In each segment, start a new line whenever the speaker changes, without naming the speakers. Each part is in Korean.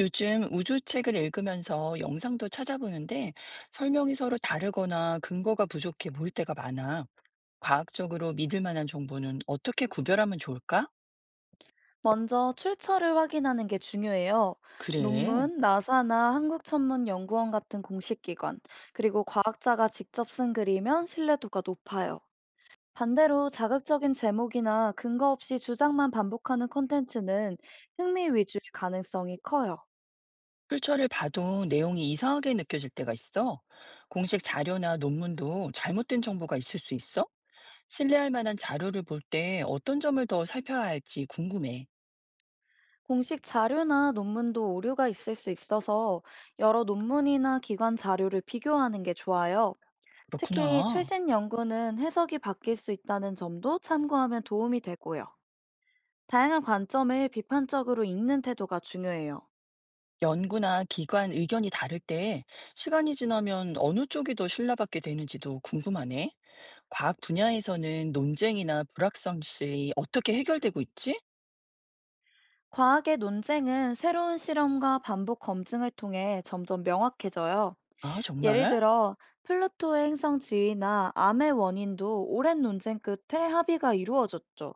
요즘 우주책을 읽으면서 영상도 찾아보는데 설명이 서로 다르거나 근거가 부족해 보일 때가 많아. 과학적으로 믿을 만한 정보는 어떻게 구별하면 좋을까?
먼저 출처를 확인하는 게 중요해요.
그래.
논문, 나사나 한국천문연구원 같은 공식기관, 그리고 과학자가 직접 쓴 글이면 신뢰도가 높아요. 반대로 자극적인 제목이나 근거 없이 주장만 반복하는 콘텐츠는 흥미 위주일 가능성이 커요.
출처를 봐도 내용이 이상하게 느껴질 때가 있어. 공식 자료나 논문도 잘못된 정보가 있을 수 있어? 신뢰할 만한 자료를 볼 때 어떤 점을 더 살펴야 할지 궁금해.
공식 자료나 논문도 오류가 있을 수 있어서 여러 논문이나 기관 자료를 비교하는 게 좋아요. 특히
그렇구나.
최신 연구는 해석이 바뀔 수 있다는 점도 참고하면 도움이 되고요. 다양한 관점을 비판적으로 읽는 태도가 중요해요.
연구나 기관 의견이 다를 때 시간이 지나면 어느 쪽이 더 신뢰받게 되는지도 궁금하네. 과학 분야에서는 논쟁이나 불확실성이 어떻게 해결되고 있지?
과학의 논쟁은 새로운 실험과 반복 검증을 통해 점점 명확해져요.
아,
예를
정말?
들어, 플루토의 행성 지위나 암의 원인도 오랜 논쟁 끝에 합의가 이루어졌죠.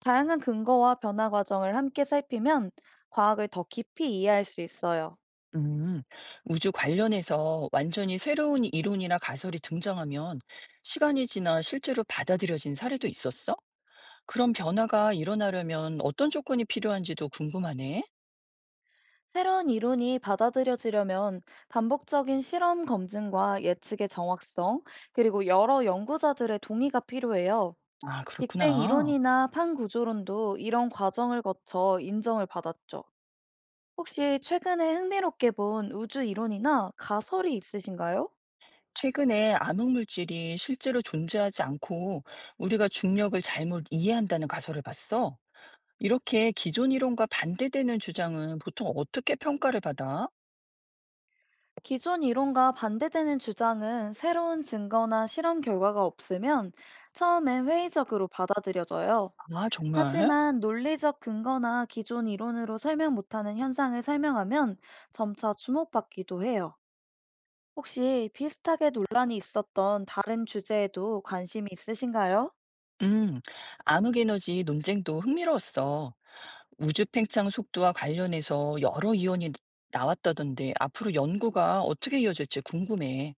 다양한 근거와 변화 과정을 함께 살피면 과학을 더 깊이 이해할 수 있어요.
음, 우주 관련해서 완전히 새로운 이론이나 가설이 등장하면 시간이 지나 실제로 받아들여진 사례도 있었어? 그런 변화가 일어나려면 어떤 조건이 필요한지도 궁금하네.
새로운 이론이 받아들여지려면 반복적인 실험 검증과 예측의 정확성, 그리고 여러 연구자들의 동의가 필요해요.
아,
빅뱅
그렇구나.
이론이나 판 구조론도 이런 과정을 거쳐 인정을 받았죠. 혹시 최근에 흥미롭게 본 우주 이론이나 가설이 있으신가요?
최근에 암흑물질이 실제로 존재하지 않고 우리가 중력을 잘못 이해한다는 가설을 봤어. 이렇게 기존 이론과 반대되는 주장은 보통 어떻게 평가를 받아?
기존 이론과 반대되는 주장은 새로운 증거나 실험 결과가 없으면 처음엔 회의적으로 받아들여져요.
아, 정말?
하지만 논리적 근거나 기존 이론으로 설명 못하는 현상을 설명하면 점차 주목받기도 해요. 혹시 비슷하게 논란이 있었던 다른 주제에도 관심이 있으신가요?
음, 암흑에너지 논쟁도 흥미로웠어. 우주 팽창 속도와 관련해서 여러 이론이 나왔다던데 앞으로 연구가 어떻게 이어질지 궁금해.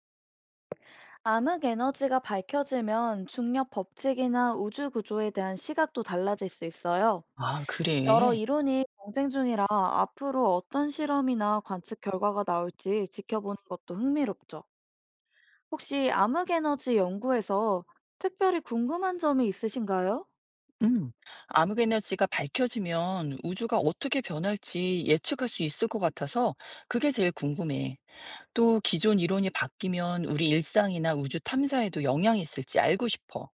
암흑 에너지가 밝혀지면 중력 법칙이나 우주 구조에 대한 시각도 달라질 수 있어요.
아,
여러
그래.
이론이 경쟁 중이라 앞으로 어떤 실험이나 관측 결과가 나올지 지켜보는 것도 흥미롭죠. 혹시 암흑 에너지 연구에서 특별히 궁금한 점이 있으신가요?
음, 암흑 에너지가 밝혀지면 우주가 어떻게 변할지 예측할 수 있을 것 같아서 그게 제일 궁금해. 또 기존 이론이 바뀌면 우리 일상이나 우주 탐사에도 영향이 있을지 알고 싶어.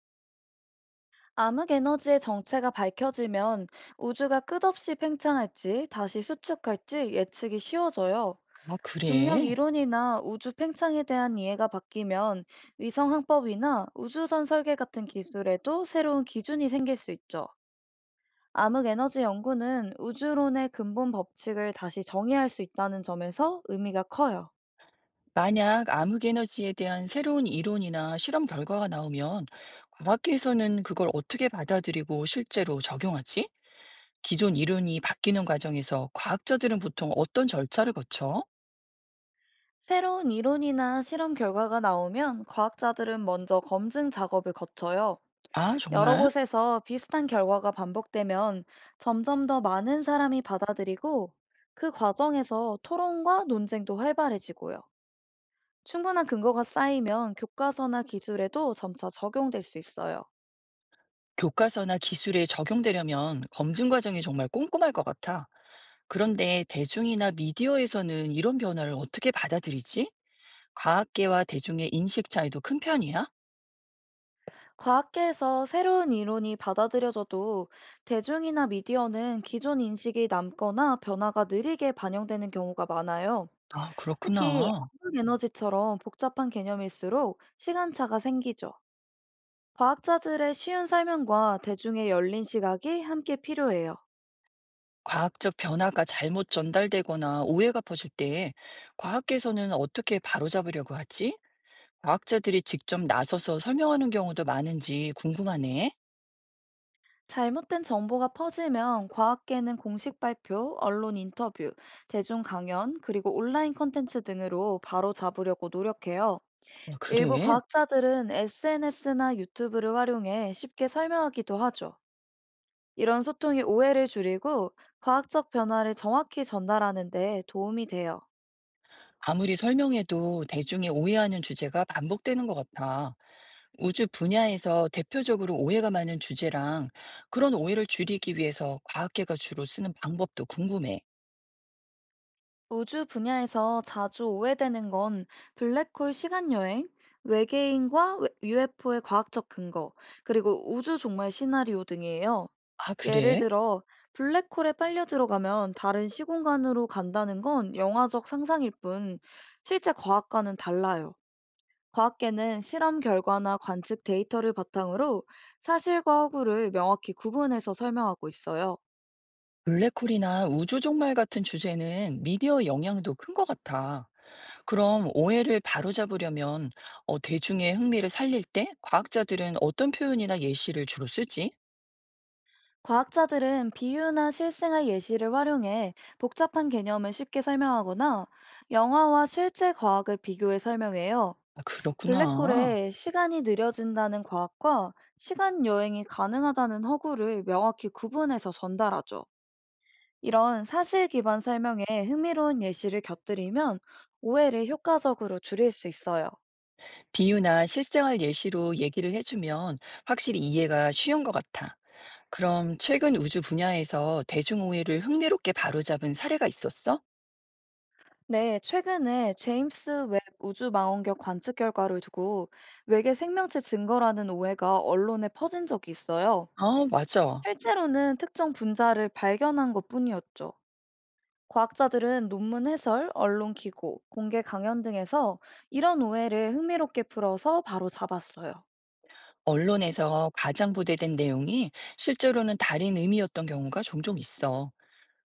암흑 에너지의 정체가 밝혀지면 우주가 끝없이 팽창할지 다시 수축할지 예측이 쉬워져요.
아,
중력
그래?
이론이나 우주 팽창에 대한 이해가 바뀌면 위성 항법이나 우주선 설계 같은 기술에도 새로운 기준이 생길 수 있죠. 암흑 에너지 연구는 우주론의 근본 법칙을 다시 정의할 수 있다는 점에서 의미가 커요.
만약 암흑 에너지에 대한 새로운 이론이나 실험 결과가 나오면 과학계에서는 그걸 어떻게 받아들이고 실제로 적용하지? 기존 이론이 바뀌는 과정에서 과학자들은 보통 어떤 절차를 거쳐?
새로운 이론이나 실험 결과가 나오면 과학자들은 먼저 검증 작업을 거쳐요.
아,
여러
정말?
곳에서 비슷한 결과가 반복되면 점점 더 많은 사람이 받아들이고 그 과정에서 토론과 논쟁도 활발해지고요. 충분한 근거가 쌓이면 교과서나 기술에도 점차 적용될 수 있어요.
교과서나 기술에 적용되려면 검증 과정이 정말 꼼꼼할 것 같아. 그런데 대중이나 미디어에서는 이런 변화를 어떻게 받아들이지? 과학계와 대중의 인식 차이도 큰 편이야?
과학계에서 새로운 이론이 받아들여져도 대중이나 미디어는 기존 인식이 남거나 변화가 느리게 반영되는 경우가 많아요.
아,
특히
그렇구나.
암흑 에너지처럼 복잡한 개념일수록 시간차가 생기죠. 과학자들의 쉬운 설명과 대중의 열린 시각이 함께 필요해요.
과학적 변화가 잘못 전달되거나 오해가 퍼질 때 과학계에서는 어떻게 바로잡으려고 하지? 과학자들이 직접 나서서 설명하는 경우도 많은지 궁금하네.
잘못된 정보가 퍼지면 과학계는 공식 발표, 언론 인터뷰, 대중 강연, 그리고 온라인 콘텐츠 등으로 바로 잡으려고 노력해요.
어,
일부
그래.
과학자들은 SNS나 유튜브를 활용해 쉽게 설명하기도 하죠. 이런 소통이 오해를 줄이고 과학적 변화를 정확히 전달하는 데 도움이 돼요.
아무리 설명해도 대중이 오해하는 주제가 반복되는 것 같아. 우주 분야에서 대표적으로 오해가 많은 주제랑 그런 오해를 줄이기 위해서 과학계가 주로 쓰는 방법도 궁금해.
우주 분야에서 자주 오해되는 건 블랙홀 시간여행, 외계인과 UFO의 과학적 근거, 그리고 우주 종말 시나리오 등이에요.
아,
예를
그래?
들어, 블랙홀에 빨려 들어가면 다른 시공간으로 간다는 건 영화적 상상일 뿐, 실제 과학과는 달라요. 과학계는 실험 결과나 관측 데이터를 바탕으로 사실과 허구를 명확히 구분해서 설명하고 있어요.
블랙홀이나 우주종말 같은 주제는 미디어 영향도 큰 것 같아. 그럼 오해를 바로잡으려면 대중의 흥미를 살릴 때 과학자들은 어떤 표현이나 예시를 주로 쓰지?
과학자들은 비유나 실생활 예시를 활용해 복잡한 개념을 쉽게 설명하거나 영화와 실제 과학을 비교해 설명해요.
아, 그렇구나.
블랙홀에 시간이 느려진다는 과학과 시간 여행이 가능하다는 허구를 명확히 구분해서 전달하죠. 이런 사실 기반 설명에 흥미로운 예시를 곁들이면 오해를 효과적으로 줄일 수 있어요.
비유나 실생활 예시로 얘기를 해주면 확실히 이해가 쉬운 것 같아. 그럼 최근 우주 분야에서 대중오해를 흥미롭게 바로잡은 사례가 있었어?
네, 최근에 제임스 웹 우주망원경 관측 결과를 두고 외계 생명체 증거라는 오해가 언론에 퍼진 적이 있어요.
아, 맞아.
실제로는 특정 분자를 발견한 것뿐이었죠. 과학자들은 논문 해설, 언론 기고, 공개 강연 등에서 이런 오해를 흥미롭게 풀어서 바로 잡았어요.
언론에서 가장 보도된 내용이 실제로는 다른 의미였던 경우가 종종 있어.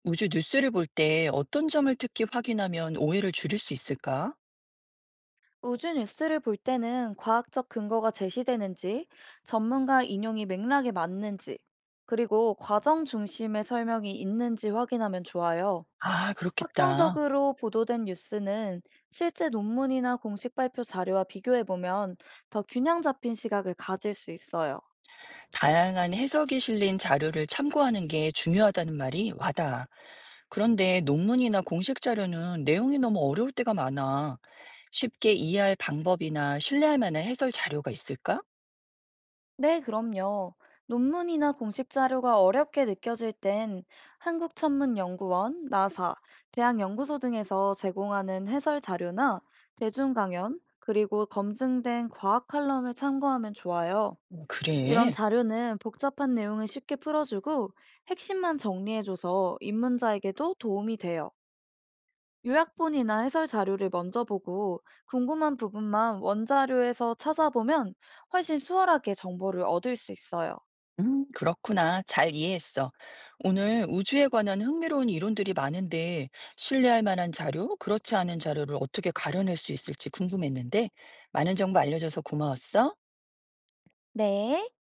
우주 뉴스를 볼 때 어떤 점을 특히 확인하면 오해를 줄일 수 있을까?
우주 뉴스를 볼 때는 과학적 근거가 제시되는지, 전문가 인용이 맥락에 맞는지, 그리고 과정 중심의 설명이 있는지 확인하면 좋아요.
아, 그렇겠다.
확정적으로 보도된 뉴스는 실제 논문이나 공식 발표 자료와 비교해보면 더 균형 잡힌 시각을 가질 수 있어요.
다양한 해석이 실린 자료를 참고하는 게 중요하다는 말이 와닿아. 그런데 논문이나 공식 자료는 내용이 너무 어려울 때가 많아. 쉽게 이해할 방법이나 신뢰할 만한 해설 자료가 있을까?
네, 그럼요. 논문이나 공식 자료가 어렵게 느껴질 땐 한국천문연구원, 나사, 대학연구소 등에서 제공하는 해설 자료나 대중 강연, 그리고 검증된 과학 칼럼을 참고하면 좋아요. 이런
그래.
자료는 복잡한 내용을 쉽게 풀어주고 핵심만 정리해줘서 입문자에게도 도움이 돼요. 요약본이나 해설 자료를 먼저 보고 궁금한 부분만 원자료에서 찾아보면 훨씬 수월하게 정보를 얻을 수 있어요.
그렇구나. 잘 이해했어. 오늘 우주에 관한 흥미로운 이론들이 많은데, 신뢰할 만한 자료, 그렇지 않은 자료를 어떻게 가려낼 수 있을지 궁금했는데, 많은 정보 알려줘서 고마웠어.
네.